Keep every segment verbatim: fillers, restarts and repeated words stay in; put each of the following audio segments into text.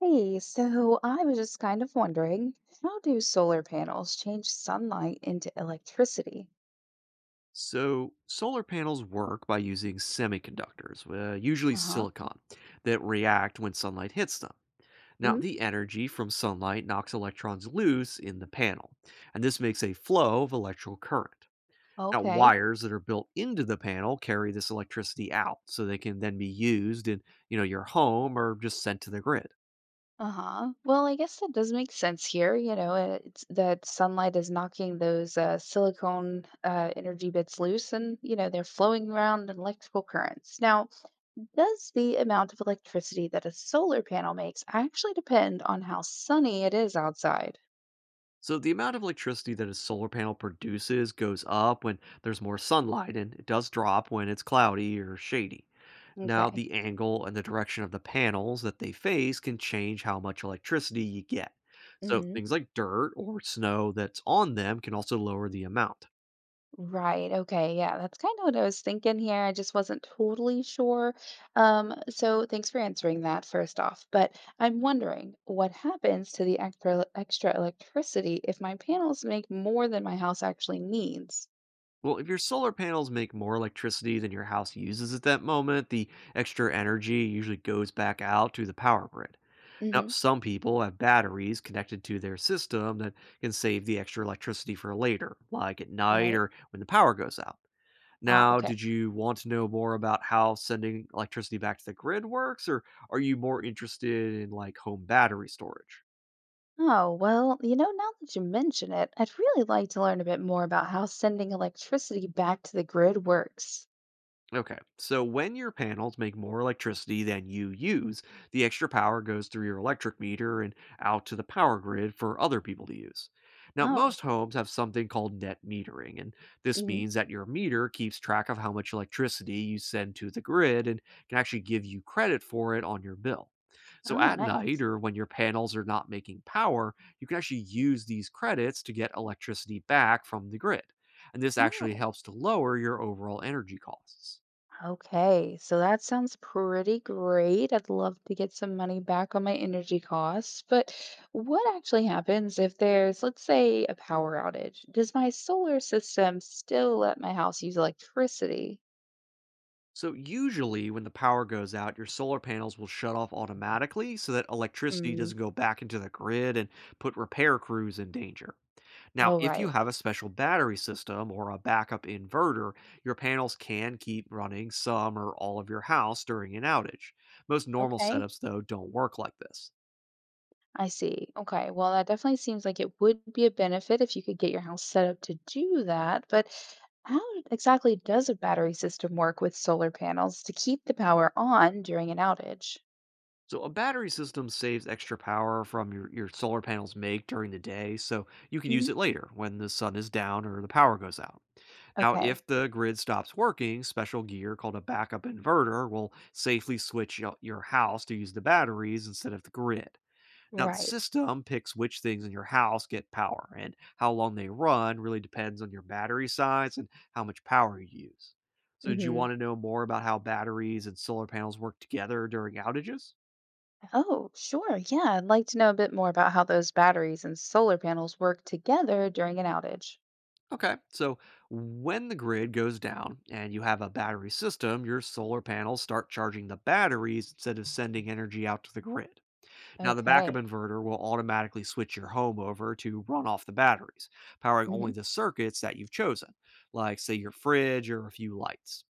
Hey, so I was just kind of wondering, how do solar panels change sunlight into electricity? So, solar panels work by using semiconductors, uh, usually Uh-huh. silicon, that react when sunlight hits them. Now, Hmm. the energy from sunlight knocks electrons loose in the panel, and this makes a flow of electrical current. Now, Okay. wires that are built into the panel carry this electricity out, so they can then be used in, you know, your home or just sent to the grid. Uh-huh. Well, I guess that does make sense here. You know, uh, it's that sunlight is knocking those uh, silicone uh, energy bits loose, and you know they're flowing around in electrical currents. Now, does the amount of electricity that a solar panel makes actually depend on how sunny it is outside? So, the amount of electricity that a solar panel produces goes up when there's more sunlight, and it does drop when it's cloudy or shady. Now, Okay. the angle and the direction of the panels that they face can change how much electricity you get. So, things like dirt or snow that's on them can also lower the amount. Right. Okay. Yeah, that's kind of what I was thinking here. I just wasn't totally sure. Um, so thanks for answering that first off. But I'm wondering what happens to the extra extra electricity if my panels make more than my house actually needs. Well, if your solar panels make more electricity than your house uses at that moment, the extra energy usually goes back out to the power grid. Now, Hmm. some people have batteries connected to their system that can save the extra electricity for later, like at night Right? or when the power goes out. Ah, Now, okay. did you want to know more about how sending electricity back to the grid works, or are you more interested in like home battery storage? Oh, well, you know, now that you mention it, I'd really like to learn a bit more about how sending electricity back to the grid works. Okay, so when your panels make more electricity than you use, the extra power goes through your electric meter and out to the power grid for other people to use. Now, Oh. most homes have something called net metering, and this Hmm. means that your meter keeps track of how much electricity you send to the grid and can actually give you credit for it on your bill. So Oh, at night nice. or when your panels are not making power, you can actually use these credits to get electricity back from the grid. And this actually Oh. helps to lower your overall energy costs. Okay, so that sounds pretty great. I'd love to get some money back on my energy costs, but what actually happens if there's, let's say, a power outage? Does my solar system still let my house use electricity? So, usually, when the power goes out, your solar panels will shut off automatically so that electricity Hmm. doesn't go back into the grid and put repair crews in danger. Now, Oh, if you right. have a special battery system or a backup inverter, your panels can keep running some or all of your house during an outage. Most normal Okay. setups, though, don't work like this. I see. Okay. Well, that definitely seems like it would be a benefit if you could get your house set up to do that, but how exactly does a battery system work with solar panels to keep the power on during an outage? So a battery system saves extra power from your, your solar panels make during the day, so you can use Hmm. it later when the sun is down or the power goes out. Now, if Okay. the grid stops working, special gear called a backup inverter will safely switch yo- your house to use the batteries instead of the grid. Now, the Right. system picks which things in your house get power, and how long they run really depends on your battery size and how much power you use. So, did you Hmm. want to know more about how batteries and solar panels work together during outages? Oh, sure. Yeah, I'd like to know a bit more about how those batteries and solar panels work together during an outage. Okay. So when the grid goes down and you have a battery system, your solar panels start charging the batteries instead of sending energy out to the grid. Now, the backup Okay. inverter will automatically switch your home over to run off the batteries, powering Hmm. only the circuits that you've chosen, like, say, your fridge or a few lights.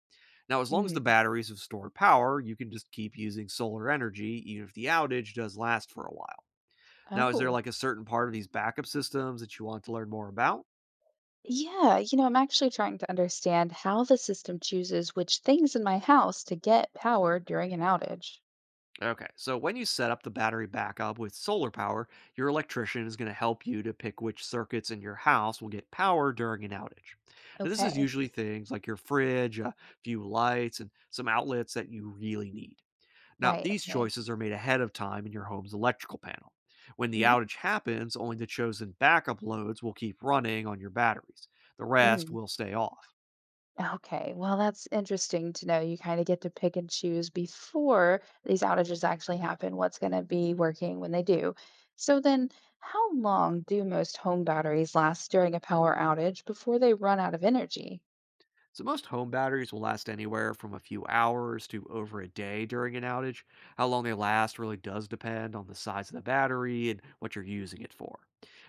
Now, as long as the Hmm. batteries have stored power, you can just keep using solar energy, even if the outage does last for a while. Now, is there Oh, like a certain part of these backup systems that you want to learn more about? yeah. You know, I'm actually trying to understand how the system chooses which things in my house to get power during an outage. Okay, so when you set up the battery backup with solar power, your electrician is going to help you to pick which circuits in your house will get power during an outage. Now, this is Okay. usually things like your fridge, a few lights, and some outlets that you really need. Now, Right. these Okay. choices are made ahead of time in your home's electrical panel. When the Hmm. outage happens, only the chosen backup loads will keep running on your batteries, the rest Hmm. will stay off. Okay, well, that's interesting to know. You kind of get to pick and choose before these outages actually happen, what's going to be working when they do. So then, how long do most home batteries last during a power outage before they run out of energy? So most home batteries will last anywhere from a few hours to over a day during an outage. How long they last really does depend on the size of the battery and what you're using it for.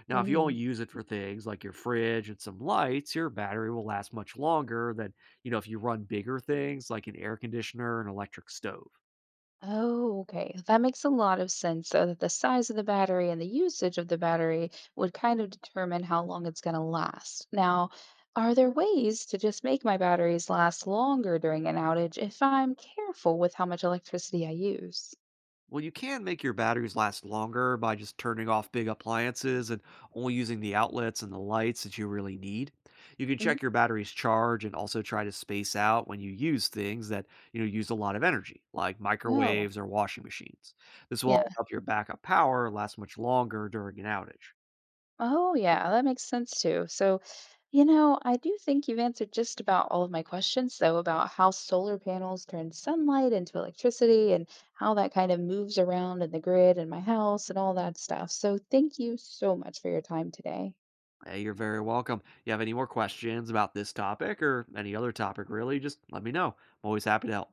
Now, if you only use it for things like your fridge and some lights, your battery will last much longer than, you know, if you run bigger things like an air conditioner and electric stove. Oh, okay. That makes a lot of sense, though, that the size of the battery and the usage of the battery would kind of determine how long it's going to last. Now, are there ways to just make my batteries last longer during an outage if I'm careful with how much electricity I use? Well, you can make your batteries last longer by just turning off big appliances and only using the outlets and the lights that you really need. You can Mm. check your battery's charge and also try to space out when you use things that, you know, use a lot of energy, like Oh, microwaves or washing machines. This will also yeah. help your backup power last much longer during an outage. Oh, yeah, that makes sense too. So, you know, I do think you've answered just about all of my questions, though, about how solar panels turn sunlight into electricity and how that kind of moves around in the grid and my house and all that stuff. So, thank you so much for your time today. Hey, you're very welcome. You have any more questions about this topic or any other topic really, just let me know. I'm always happy to help.